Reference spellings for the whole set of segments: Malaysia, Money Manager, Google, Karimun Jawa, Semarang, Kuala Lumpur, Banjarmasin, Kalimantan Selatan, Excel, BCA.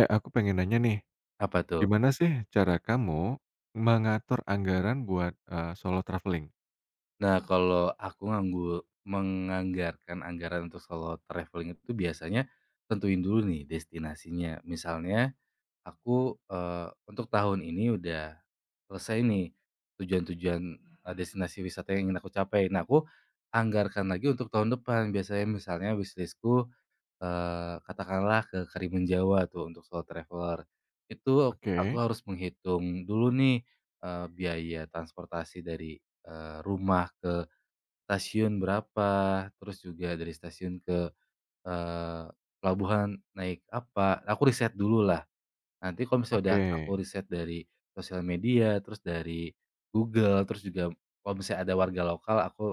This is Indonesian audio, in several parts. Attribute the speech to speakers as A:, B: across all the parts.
A: Eh, aku pengen nanya nih,
B: Apa tuh?
A: gimana sih cara kamu mengatur anggaran buat, solo traveling.
B: Nah, kalau aku menganggarkan anggaran untuk solo traveling itu biasanya tentuin dulu nih destinasinya. Misalnya aku, untuk tahun ini udah selesai nih tujuan-tujuan, destinasi wisata yang ingin aku capai. Nah, aku anggarkan lagi untuk tahun depan. Biasanya misalnya wishlist katakanlah ke Karimun Jawa tuh untuk solo traveler, itu aku
A: Oke,
B: harus menghitung dulu nih, biaya transportasi dari, rumah ke stasiun berapa, terus juga dari stasiun ke, eee, pelabuhan naik apa, aku riset dulu lah. Nanti kalau misalnya
A: oke.
B: udah aku riset dari sosial media, terus dari Google, terus juga kalau misalnya ada warga lokal, aku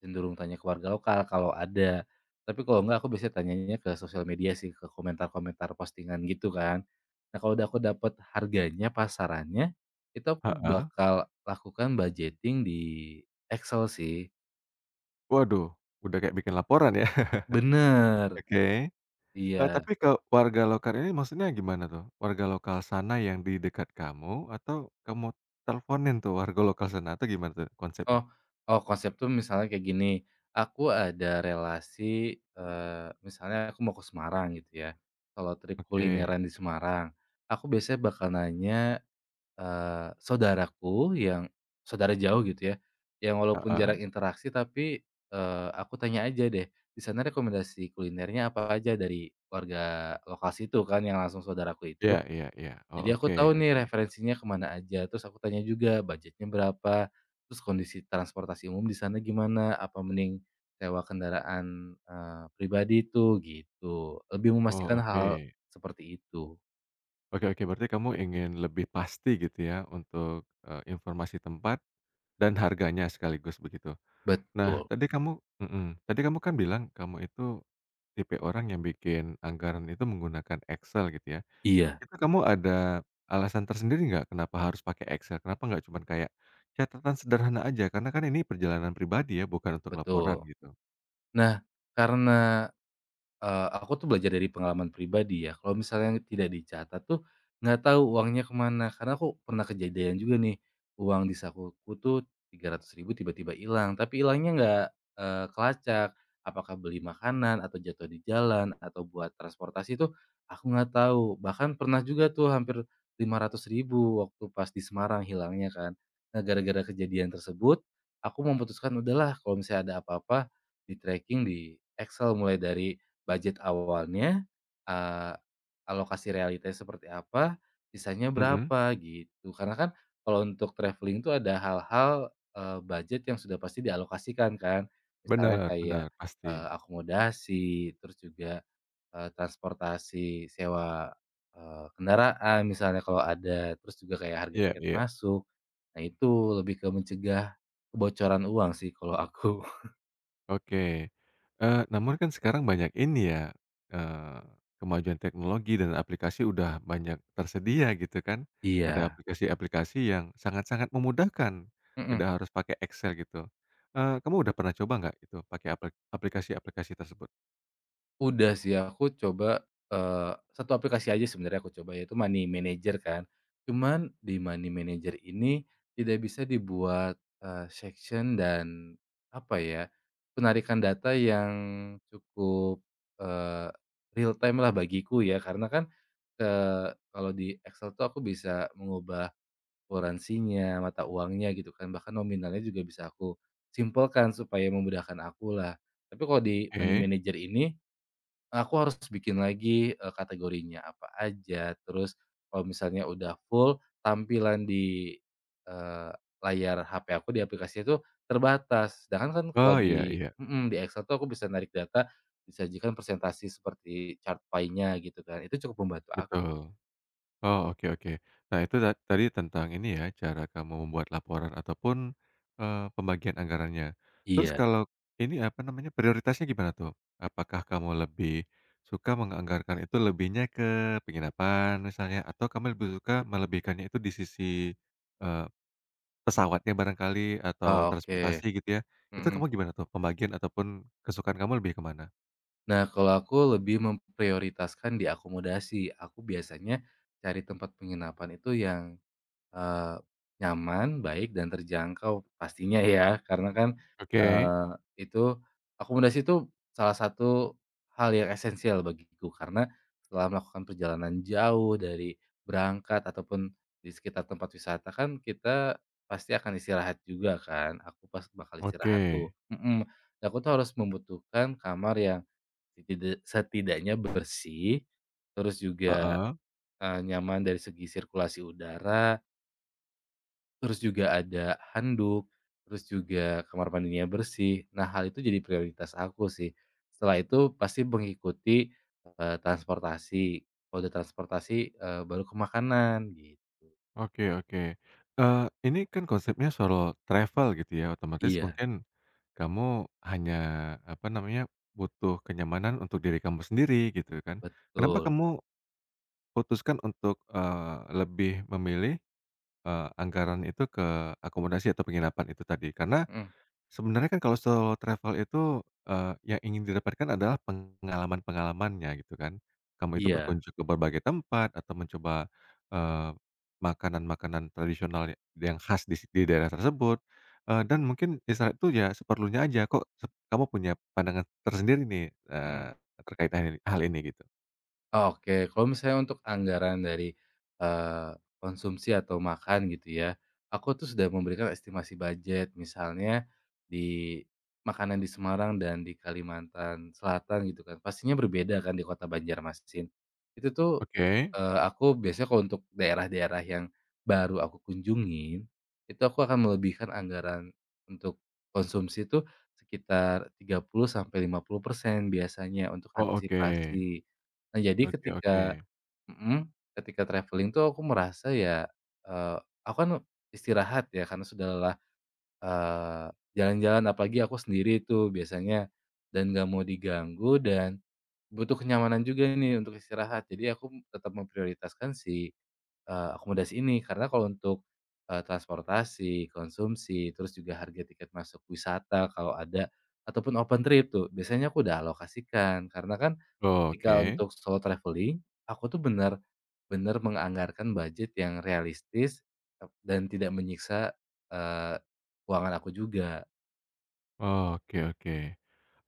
B: cenderung tanya ke warga lokal kalau ada. Tapi kalau enggak aku biasanya tanyanya ke sosial media sih, ke komentar-komentar postingan gitu kan. Nah, kalau udah aku dapat harganya, pasarannya, itu aku
A: Heeh.
B: bakal lakukan budgeting di Excel sih.
A: Waduh, udah kayak bikin laporan ya,
B: Bener,
A: oke. eee,
B: iya.
A: tapi ke warga lokal ini maksudnya gimana tuh? Warga lokal sana yang di dekat kamu atau kamu teleponin tuh warga lokal sana atau gimana tuh konsepnya?
B: Oh, oh konsep tuh misalnya kayak gini, aku ada relasi, misalnya aku mau ke Semarang gitu ya, kalau trip
A: Oke.
B: kulineran di Semarang, aku biasanya bakal nanya, saudaraku yang saudara jauh gitu ya, yang walaupun
A: Heeh.
B: jarak interaksi tapi, aku tanya aja deh, di sana rekomendasi kulinernya apa aja dari warga lokasi itu kan yang langsung saudaraku
A: Iya,
B: itu,
A: iya, iya. Oh,
B: jadi aku
A: oke.
B: tahu nih
A: Oke.
B: referensinya kemana aja, terus aku tanya juga budgetnya berapa, terus kondisi transportasi umum di sana gimana, apa mending sewa kendaraan, pribadi itu, gitu, lebih
A: Oh,
B: memastikan
A: oke.
B: hal seperti itu.
A: Oke, oke, berarti kamu ingin lebih pasti gitu ya untuk, informasi tempat dan harganya sekaligus begitu. Nah,
B: Betul.
A: tadi kamu mhm, tadi kamu kan bilang kamu itu tipe orang yang bikin anggaran itu menggunakan Excel gitu ya.
B: Iya,
A: Itu kamu ada alasan tersendiri nggak kenapa harus pakai Excel? Kenapa nggak cuman kayak catatan sederhana aja? Karena kan ini perjalanan pribadi ya bukan untuk laporan
B: betul.
A: gitu.
B: Nah, karena aku tuh belajar dari pengalaman pribadi ya, kalau misalnya tidak dicatat tuh, nggak tahu uangnya kemana. Karena aku pernah kejadian juga nih, uang di sakuku tuh 300.000 tiba-tiba hilang, tapi hilangnya nggak, kelacak. Apakah beli makanan atau jatuh di jalan atau buat transportasi tuh, aku nggak tahu. Bahkan pernah juga tuh hampir 500.000 waktu pas di Semarang hilangnya kan. Nah, gara-gara kejadian tersebut, aku memutuskan udahlah kalau misalnya ada apa-apa, di-tracking di Excel mulai dari budget awalnya, eee, alokasi realitanya seperti apa, sisanya
A: Mhm,
B: berapa, gitu. Karena kan kalau untuk traveling tuh ada hal-hal, budget yang sudah pasti dialokasikan kan. Misalnya
A: bener,
B: kayak,
A: bener, pasti.
B: akomodasi, terus juga, transportasi sewa, kendaraan misalnya kalau ada, terus juga kayak harga
A: Iya,
B: tiket
A: iya.
B: masuk. Nah itu lebih ke mencegah kebocoran uang sih kalau aku.
A: Oke. Namun kan sekarang banyak ini ya, eee, kemajuan teknologi dan aplikasi udah banyak tersedia gitu kan. Ada
B: Iya,
A: aplikasi-aplikasi yang sangat-sangat memudahkan,
B: mhm.
A: tidak harus pakai Excel gitu. Kamu udah pernah coba nggak itu pakai aplikasi-aplikasi tersebut?
B: Udah sih aku coba, 1 aplikasi aja sebenarnya aku coba yaitu Money Manager kan. Cuman di Money Manager ini tidak bisa dibuat, section dan apa ya, penarikan data yang cukup, eee, real time lah bagiku ya karena kan, kalau di Excel tuh aku bisa mengubah kuransinya, mata uangnya gitu kan, bahkan nominalnya juga bisa aku simpelkan supaya memudahkan aku lah. Tapi kalau di Money
A: Oke.
B: Manager ini aku harus bikin lagi, kategorinya apa aja, terus kalau misalnya udah full, tampilan di, eee, layar HP aku di aplikasi itu terbatas. Sedangkan kan kalau
A: Oh, iya,
B: di
A: iya.
B: mhm, di Excel tuh aku bisa narik data, disajikan presentasi seperti chart pie-nya gitu kan, itu cukup membantu aku.
A: Betul. Oh, oke, oke. Nah, itu tadi tentang ini ya, cara kamu membuat laporan ataupun, pembagian anggarannya. Terus
B: Iya.
A: kalau ini, apa namanya, prioritasnya gimana tuh? Apakah kamu lebih suka menganggarkan itu lebihnya ke penginapan misalnya, atau kamu lebih suka melebihkannya itu di sisi, eee, pesawatnya barangkali atau
B: Oh, oke,
A: transportasi gitu ya? Itu
B: mhm.
A: kamu gimana tuh pembagian ataupun kesukaan kamu lebih kemana?
B: Nah, kalau aku lebih memprioritaskan di akomodasi, aku biasanya cari tempat penginapan itu yang Eee, nyaman, baik, dan terjangkau pastinya ya, karena kan,
A: Oke.
B: eee, itu akomodasi itu salah satu hal yang esensial bagiku, karena setelah melakukan perjalanan jauh dari berangkat ataupun di sekitar tempat wisata kan kita pasti akan istirahat juga kan, aku pas bakal
A: Oke.
B: istirahat tuh mhm, aku tuh harus membutuhkan kamar yang setidaknya bersih, terus juga,
A: Heeh.
B: nyaman dari segi sirkulasi udara. Terus juga ada handuk, terus juga kamar mandinya bersih. Nah, hal itu jadi prioritas aku sih. Setelah itu pasti mengikuti, transportasi. Kalau udah transportasi, baru ke makanan, gitu.
A: Oke, oke. Ini kan konsepnya solo travel gitu ya, otomatis
B: Iya.
A: mungkin kamu hanya, apa namanya, butuh kenyamanan untuk diri kamu sendiri gitu kan. Kenapa
B: Betul.
A: kamu putuskan untuk, lebih memilih, anggaran itu ke akomodasi atau penginapan itu tadi? Karena
B: Mhm.
A: sebenarnya kan kalau solo travel itu, yang ingin didapatkan adalah pengalaman-pengalamannya gitu kan. Kamu itu
B: Iya.
A: berkunjung ke berbagai tempat atau mencoba, eee, makanan-makanan tradisional ya yang khas di di daerah tersebut, dan mungkin di saat itu ya seperlunya aja kok kamu punya pandangan tersendiri nih, eee,
B: Mhm.
A: terkait hal ini gitu.
B: Oke, kalau misalnya untuk anggaran dari, eee, konsumsi atau makan gitu ya, aku tuh sudah memberikan estimasi budget. Misalnya di makanan di Semarang dan di Kalimantan Selatan gitu kan, pastinya berbeda kan di kota Banjarmasin. Itu tuh,
A: Oke.
B: aku biasanya kalau untuk daerah-daerah yang baru aku kunjungin, itu aku akan melebihkan anggaran untuk konsumsi itu sekitar 30 sampai 50% biasanya untuk
A: Oh, oke.
B: antisipasi. Nah, jadi
A: Oke, oke.
B: ketika mhm, ketika traveling tuh aku merasa ya, eee, aku kan istirahat ya karena sudah lelah, eee, jalan-jalan apalagi aku sendiri tuh biasanya dan nggak mau diganggu dan butuh kenyamanan juga nih untuk istirahat. Jadi aku tetap memprioritaskan si, akomodasi ini karena kalau untuk, transportasi, konsumsi, terus juga harga tiket masuk wisata kalau ada ataupun open trip tuh biasanya aku udah alokasikan karena kan ketika
A: Oke.
B: untuk solo traveling, aku tuh benar-benar menganggarkan budget yang realistis, dan tidak menyiksa, eee, keuangan aku juga.
A: Oke, oke.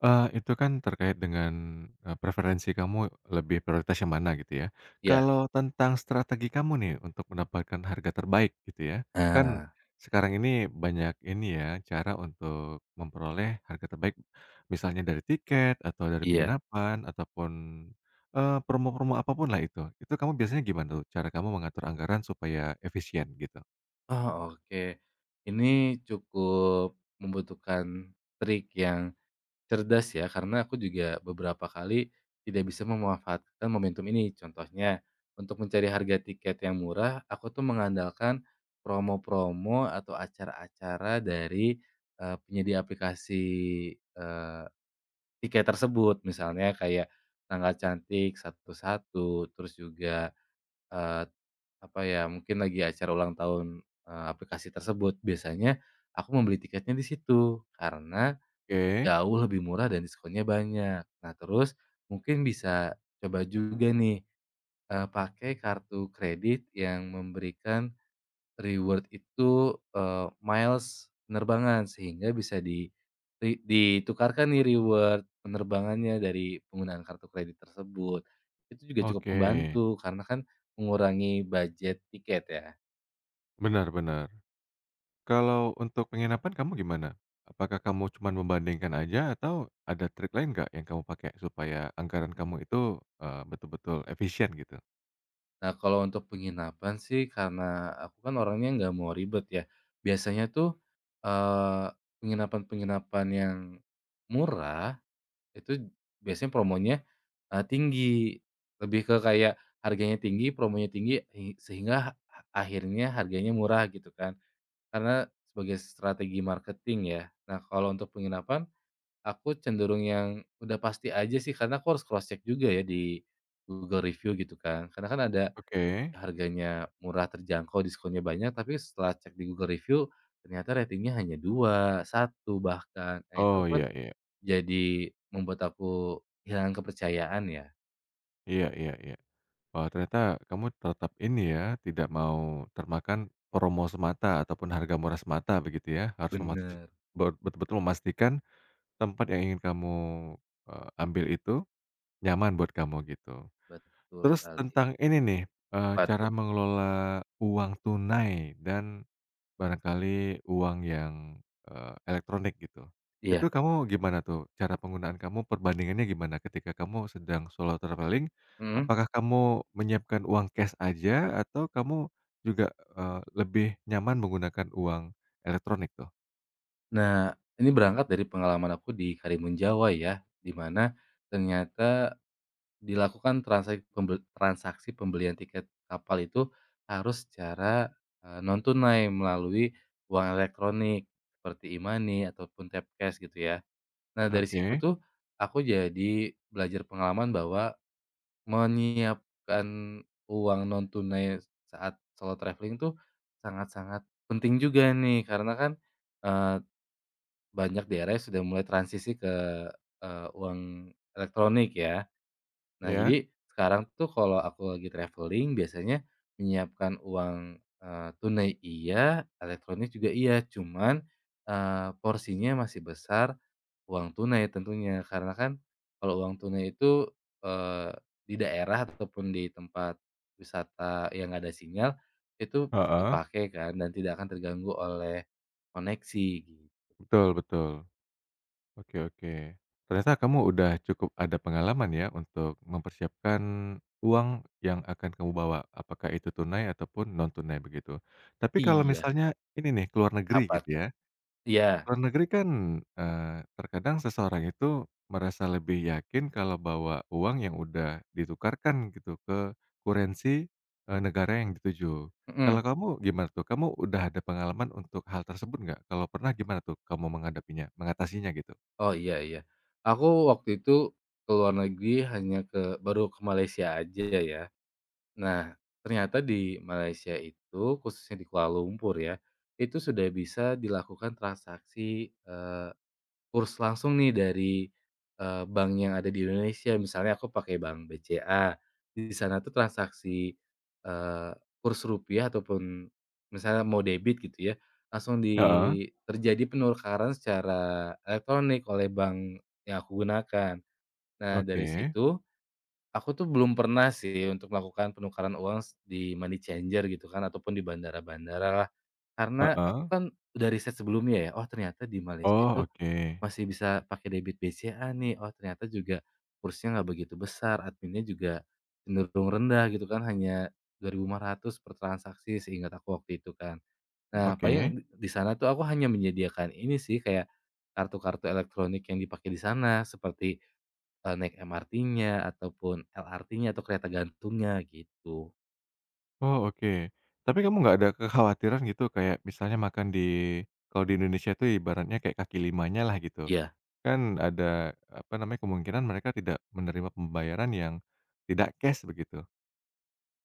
A: Itu kan terkait dengan, preferensi kamu lebih prioritas yang mana gitu ya.
B: Iya.
A: Kalau tentang strategi kamu nih untuk mendapatkan harga terbaik gitu ya, kan
B: Nah,
A: sekarang ini banyak ini ya cara untuk memperoleh harga terbaik, misalnya dari tiket atau dari
B: iya.
A: penginapan ataupun, promo-promo apa pun lah itu. Itu kamu biasanya gimana tuh cara kamu mengatur anggaran supaya efisien gitu?
B: Oh oke. Ini cukup membutuhkan trik yang cerdas ya, karena aku juga beberapa kali tidak bisa memanfaatkan momentum ini. Contohnya, untuk mencari harga tiket yang murah, aku tuh mengandalkan promo-promo atau acara-acara dari, penyedia aplikasi, eee, tiket tersebut. Misalnya kayak Tanggal Cantik satu-satu terus juga, eee, apa ya, mungkin lagi acara ulang tahun, aplikasi tersebut. Biasanya aku membeli tiketnya di situ, karena
A: Oke,
B: jauh lebih murah dan diskonnya banyak. Nah terus, mungkin bisa coba juga nih, pakai kartu kredit yang memberikan reward itu, miles penerbangan. Sehingga bisa di ri ditukarkan nih reward penerbangannya dari penggunaan kartu kredit tersebut. Itu juga cukup
A: oke.
B: membantu, karena kan mengurangi budget tiket ya.
A: Benar, benar. Kalau untuk penginapan kamu gimana? Apakah kamu cuma membandingkan aja atau ada trik lain nggak yang kamu pakai supaya anggaran kamu itu, betul-betul efisien gitu?
B: Nah, kalau untuk penginapan sih karena aku kan orangnya nggak mau ribet ya. Biasanya tuh, eee, penginapan-penginapan yang murah itu biasanya promonya, tinggi. Lebih ke kayak harganya tinggi, promonya tinggi, sehingga akhirnya harganya murah gitu kan. Karena sebagai strategi marketing ya. Nah, kalau untuk penginapan aku cenderung yang udah pasti aja sih karena aku harus cross check juga ya di Google review gitu kan. Karena kan ada
A: Oke.
B: harganya murah, terjangkau, diskonnya banyak, tapi setelah cek di Google review, ternyata ratingnya hanya dua satu bahkan. Nah itu
A: Oh,
B: pun
A: iya, iya.
B: jadi membuat aku kehilangan kepercayaan ya.
A: Iya, iya, iya. Wah, ternyata kamu tetap ini ya, tidak mau termakan promo semata ataupun harga murah semata begitu ya, harus
B: Bener,
A: betul-betul memastikan tempat yang ingin kamu, ambil itu nyaman buat kamu gitu.
B: betul
A: Terus
B: sekali.
A: tentang ini nih,
B: Apa
A: cara
B: tuh?
A: mengelola uang tunai dan barangkali uang yang, elektronik gitu.
B: Iya,
A: Itu kamu gimana tuh cara penggunaan kamu, perbandingannya gimana ketika kamu sedang solo traveling?
B: mhm.
A: Apakah kamu menyiapkan uang cash aja atau kamu juga, lebih nyaman menggunakan uang elektronik tuh?
B: Nah, ini berangkat dari pengalaman aku di Karimun Jawa ya, di mana ternyata Dilakukan transak pembel transaksi pembelian tiket kapal itu harus secara, non tunai melalui uang elektronik seperti e-money ataupun tap cash gitu ya. Nah dari situ
A: Oke.
B: tuh aku jadi belajar pengalaman bahwa menyiapkan uang non tunai saat solo traveling tuh sangat-sangat penting juga nih karena kan, eee, banyak daerah yang sudah mulai transisi ke, uang elektronik ya. Nah,
A: Iya.
B: jadi sekarang tuh kalau aku lagi traveling biasanya menyiapkan uang, tunai iya, elektronik juga iya, cuman, porsinya masih besar uang tunai tentunya. Karena kan kalau uang tunai itu, eee, di daerah ataupun di tempat wisata yang nggak ada sinyal, itu pasti
A: Heeh.
B: kepake kan dan tidak akan terganggu oleh koneksi. Gitu.
A: Betul, betul. Oke, oke. Ternyata kamu udah cukup ada pengalaman ya untuk mempersiapkan uang yang akan kamu bawa, apakah itu tunai ataupun non tunai begitu. Tapi kalau
B: Iya,
A: misalnya ini nih ke luar negeri
B: apa
A: gitu
B: tuh?
A: ya.
B: Iya,
A: Luar negeri kan, terkadang seseorang itu merasa lebih yakin kalau bawa uang yang udah ditukarkan gitu ke kurensi, negara yang dituju. Kalau
B: mhm.
A: kamu gimana tuh? Kamu udah ada pengalaman untuk hal tersebut nggak? Kalau pernah gimana tuh kamu menghadapinya mengatasinya gitu?
B: Oh, iya iya. Aku waktu itu ke luar negeri hanya baru ke Malaysia aja ya. Nah, ternyata di Malaysia itu, khususnya di Kuala Lumpur ya, itu sudah bisa dilakukan transaksi, kurs langsung nih dari, bank yang ada di Indonesia, misalnya aku pakai bank BCA. Di sana tuh transaksi, eee, kurs rupiah ataupun misalnya mau debit gitu ya, langsung di
A: Heeh.
B: terjadi penukaran secara elektronik oleh bank yang aku gunakan. Nah, dari
A: Oke.
B: situ aku tuh belum pernah sih untuk melakukan penukaran uang s di money changer gitu kan, ataupun di bandara-bandara lah. Karena aku
A: Heeh.
B: kan udah riset sebelumnya ya, oh ternyata di Malaysia
A: Oh,
B: itu
A: oke.
B: masih bisa pakai debit BCA nih, oh ternyata juga kursnya nggak begitu besar, adminnya juga cenderung rendah gitu kan, hanya Rp2.500 per transaksi seingat aku waktu itu kan. Nah
A: Oke.
B: paling di sana tuh aku hanya menyediakan ini sih, kayak kartu-kartu elektronik yang dipakai di sana seperti, naik MRT-nya ataupun LRT-nya atau kereta gantungnya gitu.
A: Oh, oke. Tapi kamu nggak ada kekhawatiran gitu kayak misalnya makan di kalau di Indonesia itu ibaratnya kayak kaki limanya lah gitu.
B: Iya.
A: Kan ada, apa namanya, kemungkinan mereka tidak menerima pembayaran yang tidak cash begitu.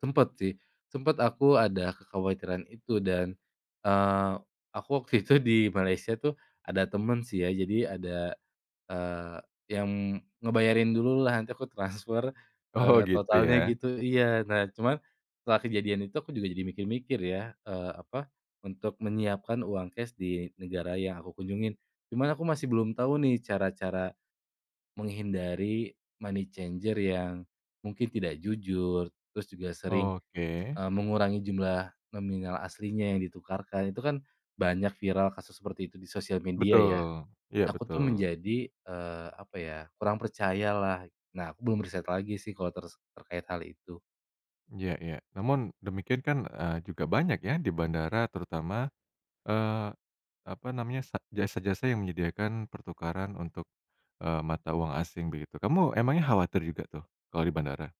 B: Sempet sih, sempet aku ada kekhawatiran itu dan, eee, aku waktu itu di Malaysia tuh ada temen sih ya, jadi ada, eee, yang ngebayarin dulu lah nanti aku transfer,
A: Oh, gitu
B: totalnya
A: ya.
B: gitu iya. Nah cuman setelah kejadian itu aku juga jadi mikir-mikir ya, eee, apa, untuk menyiapkan uang cash di negara yang aku kunjungin. Cuman aku masih belum tahu nih cara-cara menghindari money changer yang mungkin tidak jujur, terus juga sering
A: Oke.
B: Mengurangi jumlah nominal aslinya yang ditukarkan, itu kan banyak viral kasus seperti itu di sosial media ya.
A: Betul. Iya,
B: Aku tuh
A: betul.
B: menjadi, apa ya, kurang percaya lah. Nah, aku belum riset lagi sih kalau terkait hal itu.
A: Iya, iya. Namun demikian kan, juga banyak ya di bandara terutama, eee, apa namanya, jasa-jasa yang menyediakan pertukaran untuk mata uang asing begitu. Kamu emangnya khawatir juga tuh kalau di bandara?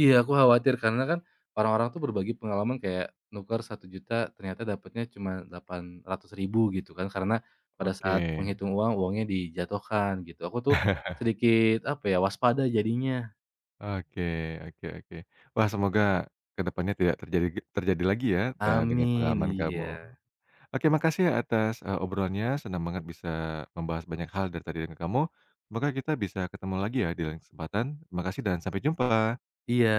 B: Iya, aku khawatir karena kan orang-orang tuh berbagi pengalaman kayak nuker 1.000.000 ternyata dapatnya cuma 800.000 gitu kan, karena pada
A: Oke,
B: saat menghitung uang, uangnya dijatuhkan gitu. Aku tuh sedikit apa ya, waspada jadinya.
A: oke, oke, oke. Wah, semoga ke depannya tidak terjadi terjadi lagi ya, dengan
B: Amin,
A: pengalaman kamu.
B: iya.
A: Oke, makasih ya atas, obrolannya, senang banget bisa membahas banyak hal dari tadi dengan kamu. Semoga kita bisa ketemu lagi ya di lain kesempatan. Makasih dan sampai jumpa.
B: Iya.